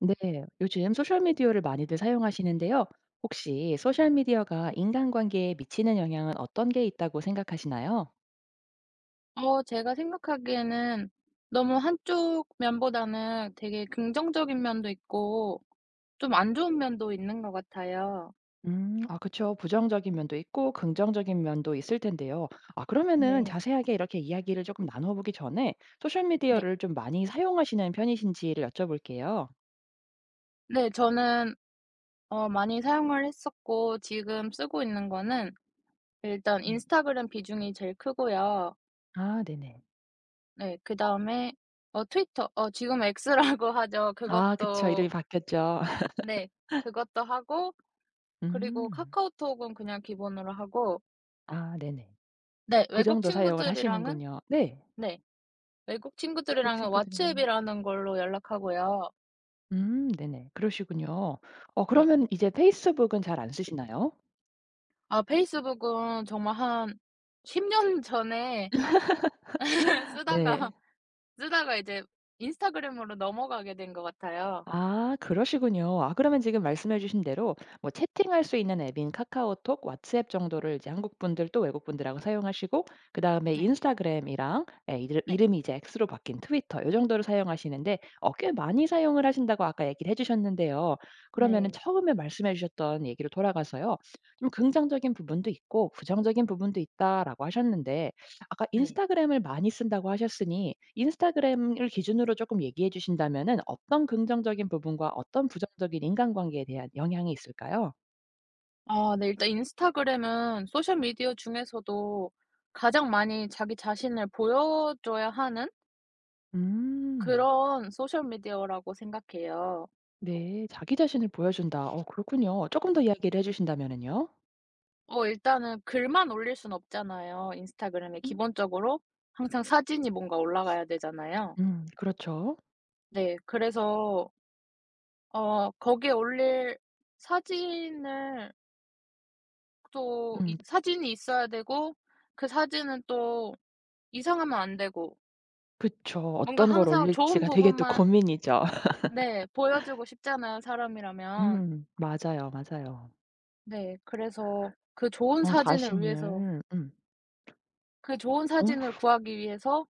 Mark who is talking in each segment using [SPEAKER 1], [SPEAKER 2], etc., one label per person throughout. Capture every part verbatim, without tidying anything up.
[SPEAKER 1] 네, 요즘 소셜미디어를 많이들 사용하시는데요. 혹시 소셜미디어가 인간관계에 미치는 영향은 어떤 게 있다고 생각하시나요?
[SPEAKER 2] 어 제가 생각하기에는 너무 한쪽 면보다는 되게 긍정적인 면도 있고 좀 안 좋은 면도 있는 것 같아요.
[SPEAKER 1] 음, 아, 그쵸. 부정적인 면도 있고, 긍정적인 면도 있을 텐데요. 아, 그러면은 자세하게 이렇게 이야기를 조금 나눠보기 전에
[SPEAKER 2] 네.
[SPEAKER 1] 소셜미디어를 좀 많이 사용하시는 편이신지를 여쭤볼게요.
[SPEAKER 2] 네 저는 어 많이 사용을 했었고 지금 쓰고 있는 거는 일단
[SPEAKER 1] 음.
[SPEAKER 2] 인스타그램 비중이 제일 크고요.
[SPEAKER 1] 아, 네네.
[SPEAKER 2] 네 그다음에 어 트위터 어 지금 X라고 하죠.
[SPEAKER 1] 아, 그쵸. 이름이
[SPEAKER 2] 그것도
[SPEAKER 1] 바뀌었죠.
[SPEAKER 2] 네, 그것도 하고, 그리고
[SPEAKER 1] 음.
[SPEAKER 2] 카카오톡은 그냥 기본으로 하고,
[SPEAKER 1] 아, 네네.
[SPEAKER 2] 네
[SPEAKER 1] 그
[SPEAKER 2] 외국
[SPEAKER 1] 정도 사용을
[SPEAKER 2] 친구들이랑은,
[SPEAKER 1] 하시는군요. 네. 네.
[SPEAKER 2] 네 외국
[SPEAKER 1] 외국
[SPEAKER 2] 친구들이랑은
[SPEAKER 1] 친구들이랑.
[SPEAKER 2] 왓츠앱이라는 걸로 연락하고요.
[SPEAKER 1] 음 네네. 그러시군요. 어
[SPEAKER 2] 네.
[SPEAKER 1] 그러면 이제 페이스북은 잘 안 쓰시나요?
[SPEAKER 2] 아 페이스북은 정말 한 십 년 전에
[SPEAKER 1] 네.
[SPEAKER 2] 쓰다가 쓰다가 이제 인스타그램으로 넘어가게 된 것 같아요.
[SPEAKER 1] 아 그러시군요. 아 그러면 지금 말씀해 주신 대로 뭐 채팅할 수 있는 앱인 카카오톡, 왓츠앱 정도를 이제 한국 분들 또 외국 분들하고 사용하시고 그다음에
[SPEAKER 2] 네.
[SPEAKER 1] 인스타그램이랑 예 이들
[SPEAKER 2] 네.
[SPEAKER 1] 이름이 이제 X로 바뀐 트위터 요 정도를 사용하시는데 어 꽤 많이 사용을 하신다고 아까 얘기를 해 주셨는데요. 그러면은
[SPEAKER 2] 네.
[SPEAKER 1] 처음에 말씀해 주셨던 얘기로 돌아가서요. 좀 "긍정적인 부분도 있고 부정적인 부분도 있다."라고 하셨는데 아까
[SPEAKER 2] 네.
[SPEAKER 1] 인스타그램을 많이 쓴다고 하셨으니 인스타그램을 기준으로 조금 얘기해 주신다면은 어떤 긍정적인 부분과 어떤 부정적인 인간관계에 대한 영향이 있을까요?
[SPEAKER 2] 아 네. 일단 인스타그램은 소셜 미디어 중에서도 가장 많이 자기 자신을 보여줘야 하는
[SPEAKER 1] 음.
[SPEAKER 2] 그런 소셜 미디어라고 생각해요.
[SPEAKER 1] 네. 자기 자신을 보여준다. 어 그렇군요. 조금 더 이야기를 해 주신다면은요?
[SPEAKER 2] 어 일단은 글만 올릴 순 없잖아요, 인스타그램에.
[SPEAKER 1] 음.
[SPEAKER 2] 기본적으로 항상 사진이 뭔가 올라가야 되잖아요.
[SPEAKER 1] 음 그렇죠.
[SPEAKER 2] 네. 그래서 어 거기에 올릴 사진을 또
[SPEAKER 1] 음
[SPEAKER 2] 이 사진이 있어야 되고, 그 사진은 또 이상하면 안 되고,
[SPEAKER 1] 그쵸.
[SPEAKER 2] 뭔가
[SPEAKER 1] 어떤 걸
[SPEAKER 2] 항상 좋은
[SPEAKER 1] 올릴지가 되게 또
[SPEAKER 2] 부분만
[SPEAKER 1] 고민이죠.
[SPEAKER 2] 네 보여주고 싶잖아요, 사람이라면.
[SPEAKER 1] 음 맞아요, 맞아요.
[SPEAKER 2] 네. 그래서 그 좋은
[SPEAKER 1] 어
[SPEAKER 2] 사진을 위해서,
[SPEAKER 1] 자신을 음.
[SPEAKER 2] 그 좋은
[SPEAKER 1] 어
[SPEAKER 2] 사진을 구하기 위해서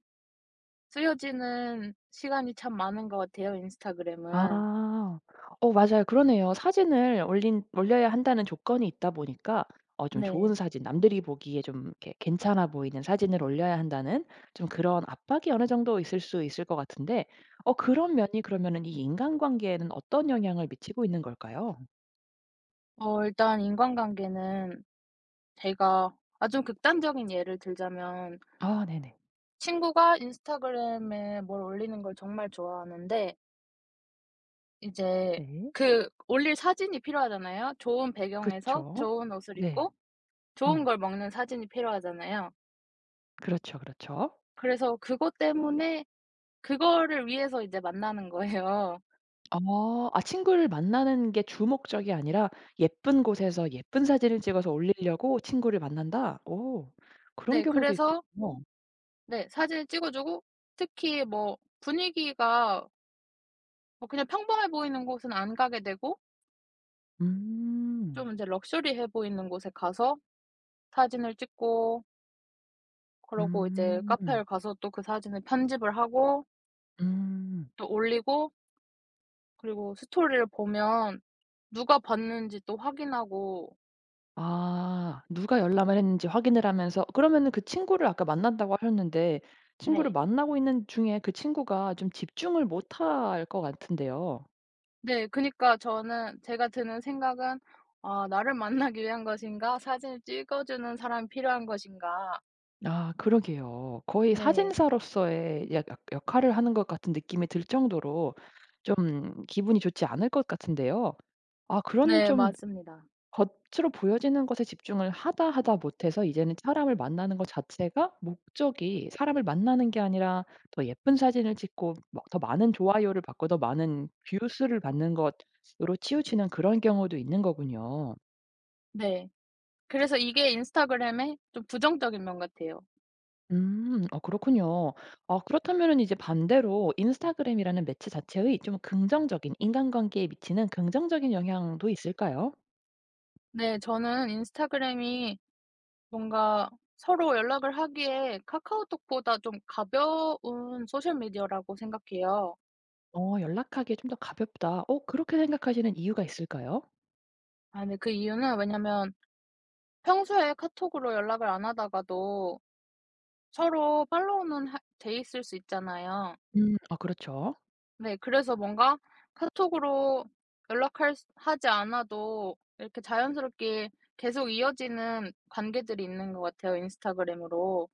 [SPEAKER 2] 쓰여지는 시간이 참 많은 것 같아요, 인스타그램은.
[SPEAKER 1] 아. 어 맞아요. 그러네요. 사진을 올린 올려야 한다는 조건이 있다 보니까 어 좀 좋은
[SPEAKER 2] 네.
[SPEAKER 1] 사진 남들이 보기에 좀 이렇게 괜찮아 보이는 사진을 올려야 한다는 좀 그런 압박이 어느 정도 있을 수 있을 것 같은데 어 그런 면이 그러면은 이 인간관계에는 어떤 영향을 미치고 있는 걸까요?
[SPEAKER 2] 어 음. 일단 인간관계는 제가 아 좀 극단적인 예를 들자면,
[SPEAKER 1] 아 네네.
[SPEAKER 2] 친구가 인스타그램에 뭘 올리는 걸 정말 좋아하는데 이제
[SPEAKER 1] 네.
[SPEAKER 2] 그 올릴 사진이 필요하잖아요. 좋은 배경에서
[SPEAKER 1] 그쵸.
[SPEAKER 2] 좋은 옷을
[SPEAKER 1] 네.
[SPEAKER 2] 입고 좋은
[SPEAKER 1] 음.
[SPEAKER 2] 걸 먹는 사진이 필요하잖아요.
[SPEAKER 1] 그렇죠, 그렇죠.
[SPEAKER 2] 그래서 그것 때문에, 그거를 위해서 이제 만나는 거예요.
[SPEAKER 1] 어. 아 친구를 만나는 게 주 목적이 아니라 예쁜 곳에서 예쁜 사진을 찍어서 올리려고 친구를 만난다? 오. 그런
[SPEAKER 2] 네.
[SPEAKER 1] 경우도
[SPEAKER 2] 그래서
[SPEAKER 1] 있군요.
[SPEAKER 2] 네. 사진을 찍어 주고 특히 뭐 분위기가 뭐 그냥 평범해 보이는 곳은 안 가게 되고,
[SPEAKER 1] 음.
[SPEAKER 2] 좀 이제 럭셔리해 보이는 곳에 가서 사진을 찍고, 그러고 이제
[SPEAKER 1] 음.
[SPEAKER 2] 카페를 가서 또 그 사진을 편집을 하고
[SPEAKER 1] 음.
[SPEAKER 2] 또 올리고, 그리고 스토리를 보면 누가 봤는지 또 확인하고.
[SPEAKER 1] 아. 누가 열람을 했는지 확인을 하면서 그러면은 그 친구를 아까 만난다고 하셨는데 친구를
[SPEAKER 2] 네.
[SPEAKER 1] 만나고 있는 중에 그 친구가 좀 집중을 못할 것 같은데요.
[SPEAKER 2] 네. 그니까 저는, 제가 드는 생각은 '아 나를 만나기 위한 것인가? 사진을 찍어 주는 사람이 필요한 것인가?'
[SPEAKER 1] 아 그러게요. 거의
[SPEAKER 2] 네.
[SPEAKER 1] 사진사로서의 약 약 역할을 하는 것 같은 느낌이 들 정도로 좀 기분이 좋지 않을 것 같은데요. 아 그런
[SPEAKER 2] 네.
[SPEAKER 1] 좀
[SPEAKER 2] 맞습니다.
[SPEAKER 1] 겉으로 보여지는 것에 집중을 하다 하다 못해서 이제는 사람을 만나는 것 자체가 목적이 사람을 만나는 게 아니라 더 예쁜 사진을 찍고 뭐 더 많은 좋아요를 받고 더 많은 뷰 수를 받는 것으로 치우치는 그런 경우도 있는 거군요.
[SPEAKER 2] 네. 그래서 이게 인스타그램의 좀 부정적인 면 같아요.
[SPEAKER 1] 음. 아 그렇군요. 아 그렇다면은 이제 반대로 인스타그램이라는 매체 자체의 좀 긍정적인 인간관계에 미치는 긍정적인 영향도 있을까요?
[SPEAKER 2] 네 저는 인스타그램이 뭔가 서로 연락을 하기에 카카오톡보다 좀 가벼운 소셜 미디어라고 생각해요.
[SPEAKER 1] 어 '연락하기에 좀 더 가볍다.' 어 그렇게 생각하시는 이유가 있을까요?
[SPEAKER 2] 아근그 이유는 왜냐면 평소에 카톡으로 연락을 안 하다가도 서로 팔로우는 하 돼 있을 수 있잖아요.
[SPEAKER 1] 음. 아 그렇죠.
[SPEAKER 2] 네 그래서 뭔가 카톡으로 연락할 수 하지 않아도 이렇게 자연스럽게 계속 이어지는 관계들이 있는 것 같아요, 인스타그램으로.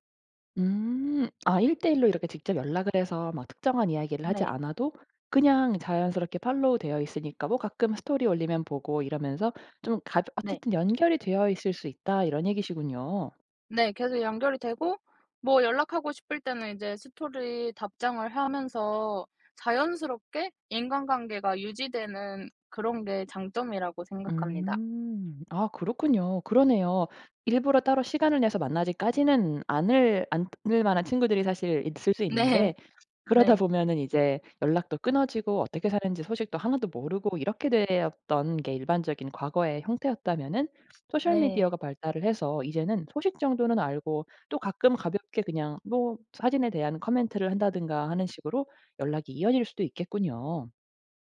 [SPEAKER 1] 음. 아일 일로 이렇게 직접 연락을 해서 막 특정한 이야기를 하지
[SPEAKER 2] 네.
[SPEAKER 1] 않아도 그냥 자연스럽게 팔로우 되어 있으니까 뭐 가끔 스토리 올리면 보고 이러면서 좀 가
[SPEAKER 2] 네.
[SPEAKER 1] 어쨌든 연결이 되어 있을 수 있다 이런 얘기시군요.
[SPEAKER 2] 네. 계속 연결이 되고, 뭐 연락하고 싶을 때는 이제 스토리 답장을 하면서 자연스럽게 인간관계가 유지되는 그런 게 장점이라고 생각합니다.
[SPEAKER 1] 음. 아 그렇군요. 그러네요. 일부러 따로 시간을 내서 만나지까지는 않을 않을 만한 친구들이 사실 있을 수 있는데
[SPEAKER 2] 네.
[SPEAKER 1] 그러다
[SPEAKER 2] 네.
[SPEAKER 1] 보면은 이제 연락도 끊어지고 어떻게 사는지 소식도 하나도 모르고 이렇게 되었던 게 일반적인 과거의 형태였다면은 소셜
[SPEAKER 2] 네.
[SPEAKER 1] 미디어가 발달을 해서 이제는 소식 정도는 알고 또 가끔 가볍게 그냥 뭐 사진에 대한 코멘트를 한다든가 하는 식으로 연락이 이어질 수도 있겠군요.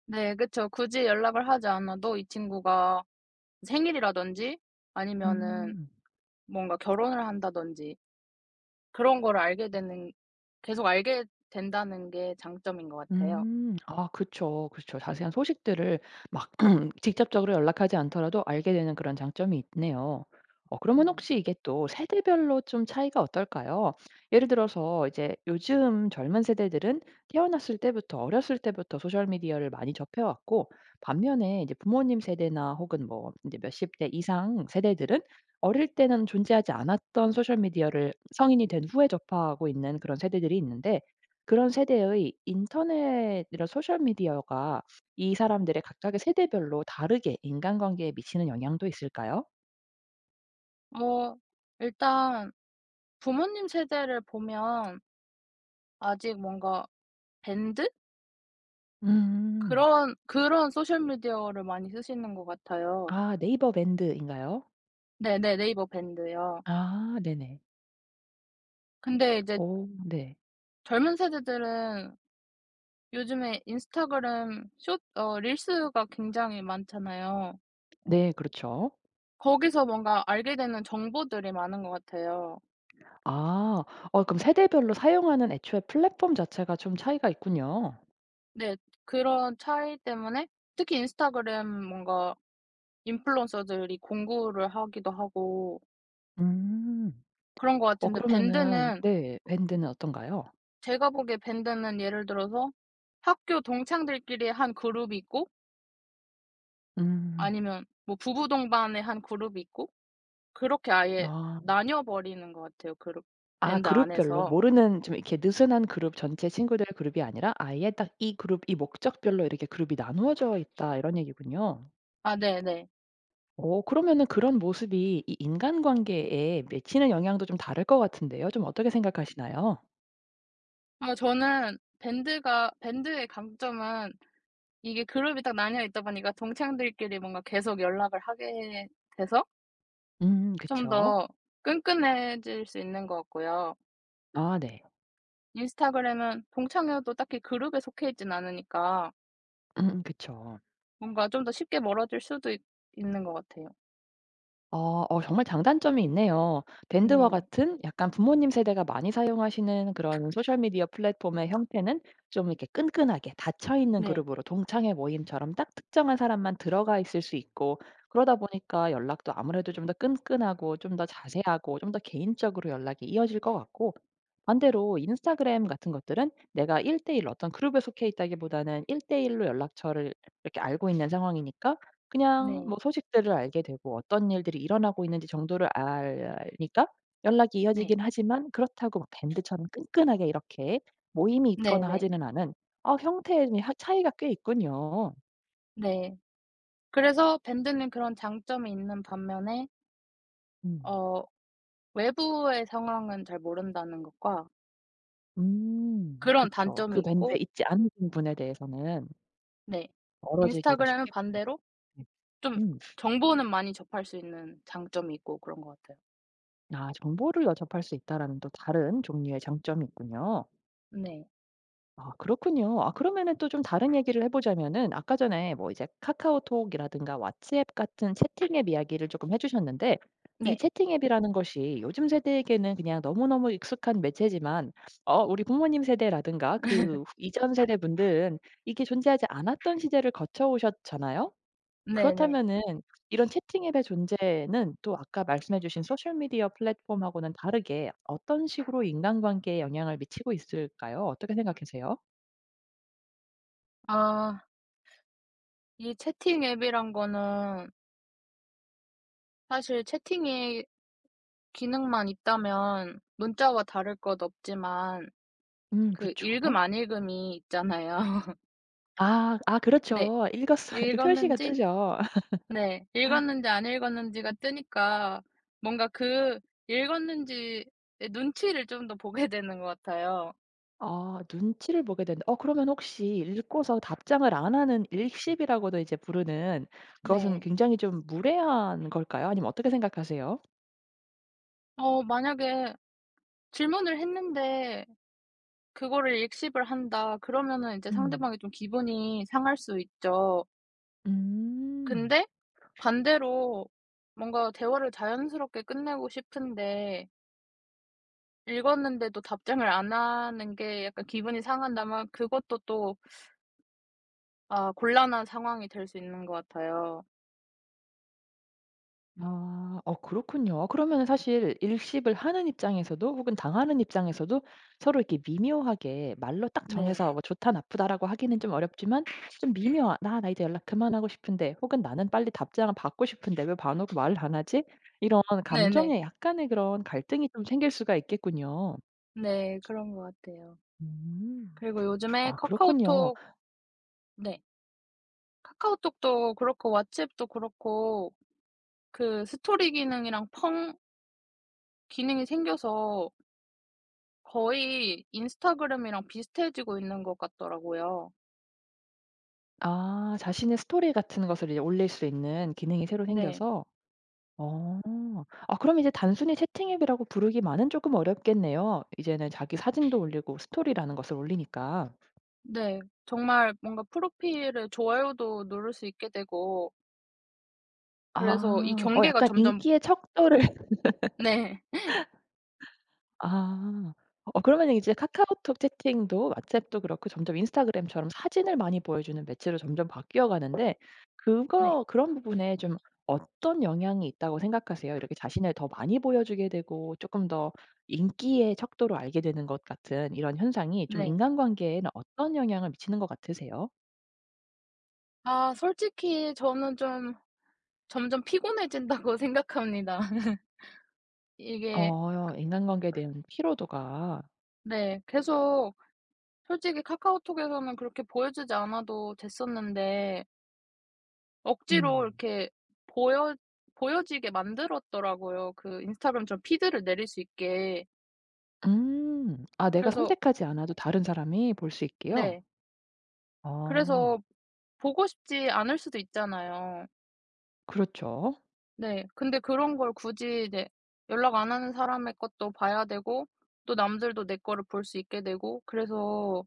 [SPEAKER 2] 네. 그쵸. 굳이 연락을 하지 않아도 이 친구가 생일이라든지, 아니면은
[SPEAKER 1] 음.
[SPEAKER 2] 뭔가 결혼을 한다든지, 그런 걸 알게 되는, 계속 알게 된다는 게 장점인 것 같아요.
[SPEAKER 1] 음. 아 그쵸. 그쵸. 자세한 소식들을 막 직접적으로 연락하지 않더라도 알게 되는 그런 장점이 있네요. 어 그러면
[SPEAKER 2] 네.
[SPEAKER 1] 혹시 이게 또 세대별로 좀 차이가 어떨까요? 예를 들어서 이제 요즘 젊은 세대들은 태어났을 때부터 어렸을 때부터 소셜 미디어를 많이 접해 왔고 반면에 이제 부모님 세대나 혹은 뭐 이제 몇십 대 이상 세대들은 어릴 때는 존재하지 않았던 소셜 미디어를 성인이 된 후에 접하고 있는 그런 세대들이 있는데 그런 세대의 인터넷 이런 소셜 미디어가 이 사람들의 각각의 세대별로 다르게 인간관계에 미치는 영향도 있을까요?
[SPEAKER 2] 어 일단 부모님 세대를 보면 아직 뭔가 밴드?
[SPEAKER 1] 음.
[SPEAKER 2] 그런 그런 소셜 미디어를 많이 쓰시는 것 같아요.
[SPEAKER 1] 아 네이버 밴드인가요?
[SPEAKER 2] 네네. 네이버 밴드요.
[SPEAKER 1] 아 네네.
[SPEAKER 2] 근데 이제
[SPEAKER 1] 오 네.
[SPEAKER 2] 젊은 세대들은 요즘에 인스타그램 숏 어 릴스가 굉장히 많잖아요.
[SPEAKER 1] 네 그렇죠.
[SPEAKER 2] 거기서 뭔가 알게 되는 정보들이 많은 것 같아요.
[SPEAKER 1] 아 어 그럼 세대별로 사용하는 애초에 플랫폼 자체가 좀 차이가 있군요.
[SPEAKER 2] 네. 그런 차이 때문에 특히 인스타그램 뭔가 인플루언서들이 공구를 하기도 하고
[SPEAKER 1] 음.
[SPEAKER 2] 그런 것
[SPEAKER 1] 어
[SPEAKER 2] 같은데,
[SPEAKER 1] 그러면은
[SPEAKER 2] 밴드는,
[SPEAKER 1] 네 밴드는 어떤가요?
[SPEAKER 2] 제가 보기에 밴드는 예를 들어서 학교 동창들끼리 한 그룹이 있고,
[SPEAKER 1] 음.
[SPEAKER 2] 아니면 뭐 부부 동반의 한 그룹이 있고, 그렇게 아예
[SPEAKER 1] 아.
[SPEAKER 2] 나뉘어 버리는 것 같아요, 그룹
[SPEAKER 1] 아
[SPEAKER 2] 밴드
[SPEAKER 1] 그룹별로
[SPEAKER 2] 안에서.
[SPEAKER 1] 모르는 좀 이렇게 느슨한 그룹 전체 친구들 그룹이 아니라 아예 딱 이 그룹 이 목적별로 이렇게 그룹이 나누어져 있다 이런 얘기군요.
[SPEAKER 2] 아 네네.
[SPEAKER 1] 어 그러면은 그런 모습이 이 인간관계에 미치는 영향도 좀 다를 것 같은데요. 좀 어떻게 생각하시나요?
[SPEAKER 2] 어 저는 밴드가, 밴드의 강점은 이게 그룹이 딱 나뉘어 있다 보니까 동창들끼리 뭔가 계속 연락을 하게 돼서
[SPEAKER 1] 음
[SPEAKER 2] 좀
[SPEAKER 1] 그쵸.
[SPEAKER 2] 더 끈끈해질 수 있는 것 같고요.
[SPEAKER 1] 아 네.
[SPEAKER 2] 인스타그램은 동창회도 딱히 그룹에 속해 있진 않으니까
[SPEAKER 1] 음음 그쵸.
[SPEAKER 2] 뭔가 좀 더 쉽게 멀어질 수도 있 있는 것 같아요.
[SPEAKER 1] 아 어 어, 정말 장단점이 있네요. 밴드와
[SPEAKER 2] 네.
[SPEAKER 1] 같은 약간 부모님 세대가 많이 사용하시는 그런 소셜 미디어 플랫폼의 형태는 좀 이렇게 끈끈하게 닫혀 있는
[SPEAKER 2] 네.
[SPEAKER 1] 그룹으로 동창회 모임처럼 딱 특정한 사람만 들어가 있을 수 있고 그러다 보니까 연락도 아무래도 좀 더 끈끈하고 좀 더 자세하고 좀 더 개인적으로 연락이 이어질 것 같고 반대로 인스타그램 같은 것들은 내가 일 대일 어떤 그룹에 속해 있다기보다는 일 대일로 연락처를 이렇게 알고 있는 상황이니까 그냥 뭐
[SPEAKER 2] 네.
[SPEAKER 1] 소식들을 알게 되고 어떤 일들이 일어나고 있는지 정도를 아니까 연락이
[SPEAKER 2] 네.
[SPEAKER 1] 이어지긴 하지만 그렇다고 막 밴드처럼 끈끈하게 이렇게 모임이
[SPEAKER 2] 네 네.
[SPEAKER 1] 있거나
[SPEAKER 2] 네.
[SPEAKER 1] 하지는 않은 아 형태의 하 차이가 꽤 있군요.
[SPEAKER 2] 네. 그래서 밴드는 그런 장점이 있는 반면에,
[SPEAKER 1] 음.
[SPEAKER 2] 어 외부의 상황은 잘 모른다는 것과
[SPEAKER 1] 음. 그
[SPEAKER 2] 그런
[SPEAKER 1] 죠그
[SPEAKER 2] 단점이
[SPEAKER 1] 밴드에
[SPEAKER 2] 있고,
[SPEAKER 1] 있지 않은 분에 대해서는
[SPEAKER 2] 네.
[SPEAKER 1] 멀어지기가
[SPEAKER 2] 인스타그램은
[SPEAKER 1] 쉽겠군요.
[SPEAKER 2] 반대로 좀
[SPEAKER 1] 음.
[SPEAKER 2] 정보는 많이 접할 수 있는 장점이 있고 그런 것 같아요.
[SPEAKER 1] 아 정보를 여접할 수 있다라는 또 다른 종류의 장점이 있군요.
[SPEAKER 2] 네.
[SPEAKER 1] 아 그렇군요. 아 그러면은 또 좀 다른 얘기를 해 보자면은 아까 전에 뭐 이제 카카오톡이라든가 왓츠앱 같은 채팅 앱 이야기를 조금 해 주셨는데 이
[SPEAKER 2] 네.
[SPEAKER 1] 채팅 앱이라는 것이 요즘 세대에게는 그냥 너무너무 익숙한 매체지만 어 우리 부모님 세대라든가 그 이전 세대 분들은 이게 존재하지 않았던 시대를 거쳐 오셨잖아요.
[SPEAKER 2] 네네.
[SPEAKER 1] 그렇다면은 이런 채팅 앱의 존재는 또 아까 말씀해 주신 소셜 미디어 플랫폼하고는 다르게 어떤 식으로 인간관계에 영향을 미치고 있을까요? 어떻게 생각하세요?
[SPEAKER 2] 아 이 채팅 앱이란 거는 사실 채팅이 기능만 있다면 문자와 다를 것 없지만
[SPEAKER 1] 음
[SPEAKER 2] 그
[SPEAKER 1] 그쵸.
[SPEAKER 2] 읽음 안 읽음이 있잖아요.
[SPEAKER 1] 아 아
[SPEAKER 2] 네.
[SPEAKER 1] 그렇죠. 읽었어. 이렇게 표시가
[SPEAKER 2] 읽었는지
[SPEAKER 1] 뜨죠.
[SPEAKER 2] 네. 읽었는지 안 읽었는지가 뜨니까 뭔가 그 읽었는지의 눈치를 좀 더 보게 되는 것 같아요.
[SPEAKER 1] 아 눈치를 보게 된다. 어 그러면 혹시 읽고서 답장을 안 하는 일십이라고도 이제 부르는 그것은
[SPEAKER 2] 네.
[SPEAKER 1] 굉장히 좀 무례한 걸까요? 아니면 어떻게 생각하세요?
[SPEAKER 2] 어 만약에 질문을 했는데 그거를 읽씹을 한다 그러면은 이제
[SPEAKER 1] 음.
[SPEAKER 2] 상대방이 좀 기분이 상할 수 있죠.
[SPEAKER 1] 음.
[SPEAKER 2] 근데 반대로 뭔가 대화를 자연스럽게 끝내고 싶은데 읽었는데도 답장을 안 하는 게 약간 기분이 상한다면 그것도 또 아 곤란한 상황이 될 수 있는 것 같아요.
[SPEAKER 1] 아. 어 그렇군요. 그러면 사실 일십을 하는 입장에서도 혹은 당하는 입장에서도 서로 이렇게 미묘하게 말로 딱
[SPEAKER 2] 네.
[SPEAKER 1] 정해서 뭐 "좋다. 나쁘다."라고 하기는 좀 어렵지만 좀 미묘한 '나 나 이제 연락 그만하고 싶은데.' 혹은 '나는 빨리 답장을 받고 싶은데 왜 반하고 말을 안 하지?' 이런
[SPEAKER 2] 네네.
[SPEAKER 1] 감정의 약간의 그런 갈등이 좀 생길 수가 있겠군요.
[SPEAKER 2] 네. 그런 것 같아요.
[SPEAKER 1] 음.
[SPEAKER 2] 그리고 요즘에
[SPEAKER 1] 아 그렇군요.
[SPEAKER 2] 카카오톡, 네. 카카오톡도 그렇고 왓츠앱도 그렇고 그 스토리 기능이랑 펑 기능이 생겨서 거의 인스타그램이랑 비슷해지고 있는 것 같더라고요.
[SPEAKER 1] 아 자신의 스토리 같은 것을 이제 올릴 수 있는 기능이 새로
[SPEAKER 2] 네.
[SPEAKER 1] 생겨서 어. 아 그럼 이제 단순히 채팅 앱이라고 부르기만은 쪼끔 어렵겠네요. 이제는 자기 사진도 올리고 스토리라는 것을 올리니까.
[SPEAKER 2] 네. 정말 뭔가 프로필에 좋아요도 누를 수 있게 되고 그래서 이
[SPEAKER 1] 아. 어
[SPEAKER 2] 경계가
[SPEAKER 1] 약간
[SPEAKER 2] 점점.
[SPEAKER 1] 인기의 척도를
[SPEAKER 2] 네.
[SPEAKER 1] 아. 어 그러면 이제 카카오톡 채팅도 왓츠앱도 그렇고 점점 인스타그램처럼 사진을 많이 보여주는 매체로 점점 바뀌어 가는데
[SPEAKER 2] 네.
[SPEAKER 1] 그거 그런 부분에 좀 어떤 영향이 있다고 생각하세요? 이렇게 자신을 더 많이 보여주게 되고 쪼끔 더 인기의 척도로 알게 되는 것 같은 이런 현상이 좀
[SPEAKER 2] 네.
[SPEAKER 1] 인간관계에는 어떤 영향을 미치는 것 같으세요?
[SPEAKER 2] 아 솔직히 저는 좀 점점 피곤해진다고 생각합니다. 이게
[SPEAKER 1] 어 인간관계에 대한 피로도가.
[SPEAKER 2] 네 계속 솔직히 카카오톡에서는 그렇게 보여주지 않아도 됐었는데 억지로
[SPEAKER 1] 음.
[SPEAKER 2] 이렇게 보여 보여지게 만들었더라고요, 그 인스타그램처럼 피드를 내릴 수 있게.
[SPEAKER 1] 음. 아 내가
[SPEAKER 2] 그래서
[SPEAKER 1] 선택하지 않아도 다른 사람이 볼 수 있게요?
[SPEAKER 2] 네.
[SPEAKER 1] 어.
[SPEAKER 2] 그래서 보고 싶지 않을 수도 있잖아요.
[SPEAKER 1] 그렇죠.
[SPEAKER 2] 네. 근데 그런 걸 굳이 이제 연락 안 하는 사람의 것도 봐야 되고 또 남들도 내 거를 볼 수 있게 되고, 그래서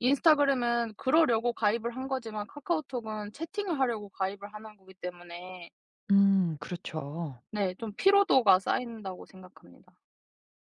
[SPEAKER 2] 인스타그램은 그러려고 가입을 한 거지만 카카오톡은 채팅을 하려고 가입을 하는 거기 때문에
[SPEAKER 1] 음 그렇죠.
[SPEAKER 2] 네 좀 피로도가 쌓인다고 생각합니다.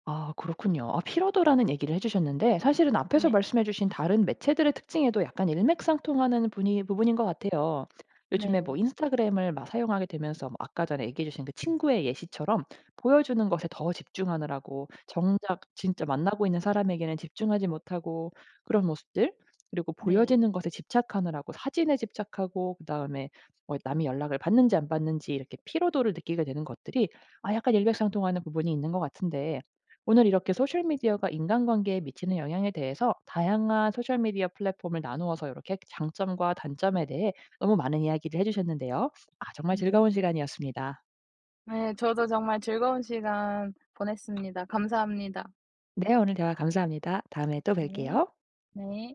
[SPEAKER 1] 아 그렇군요. 아 피로도라는 얘기를 해 주셨는데 사실은 앞에서
[SPEAKER 2] 네.
[SPEAKER 1] 말씀해 주신 다른 매체들의 특징에도 약간 일맥상통하는 분이 부분인 것 같아요. 요즘에
[SPEAKER 2] 네.
[SPEAKER 1] 뭐 인스타그램을 막 사용하게 되면서 뭐 아까 전에 얘기해 주신 그 친구의 예시처럼 보여주는 것에 더 집중하느라고 정작 진짜 만나고 있는 사람에게는 집중하지 못하고 그런 모습들 그리고
[SPEAKER 2] 네.
[SPEAKER 1] 보여지는 것에 집착하느라고 사진에 집착하고 그다음에 뭐 남이 연락을 받는지 안 받는지 이렇게 피로도를 느끼게 되는 것들이 아 약간 일맥상통하는 부분이 있는 것 같은데 오늘 이렇게 소셜미디어가 인간관계에 미치는 영향에 대해서 다양한 소셜미디어 플랫폼을 나누어서 이렇게 장점과 단점에 대해 너무 많은 이야기를 해주셨는데요. 아, 정말
[SPEAKER 2] 네.
[SPEAKER 1] 즐거운 시간이었습니다.
[SPEAKER 2] 네. 저도 정말 즐거운 시간 보냈습니다. 감사합니다.
[SPEAKER 1] 네, 오늘 대화 감사합니다. 다음에 또
[SPEAKER 2] 네.
[SPEAKER 1] 뵐게요.
[SPEAKER 2] 네.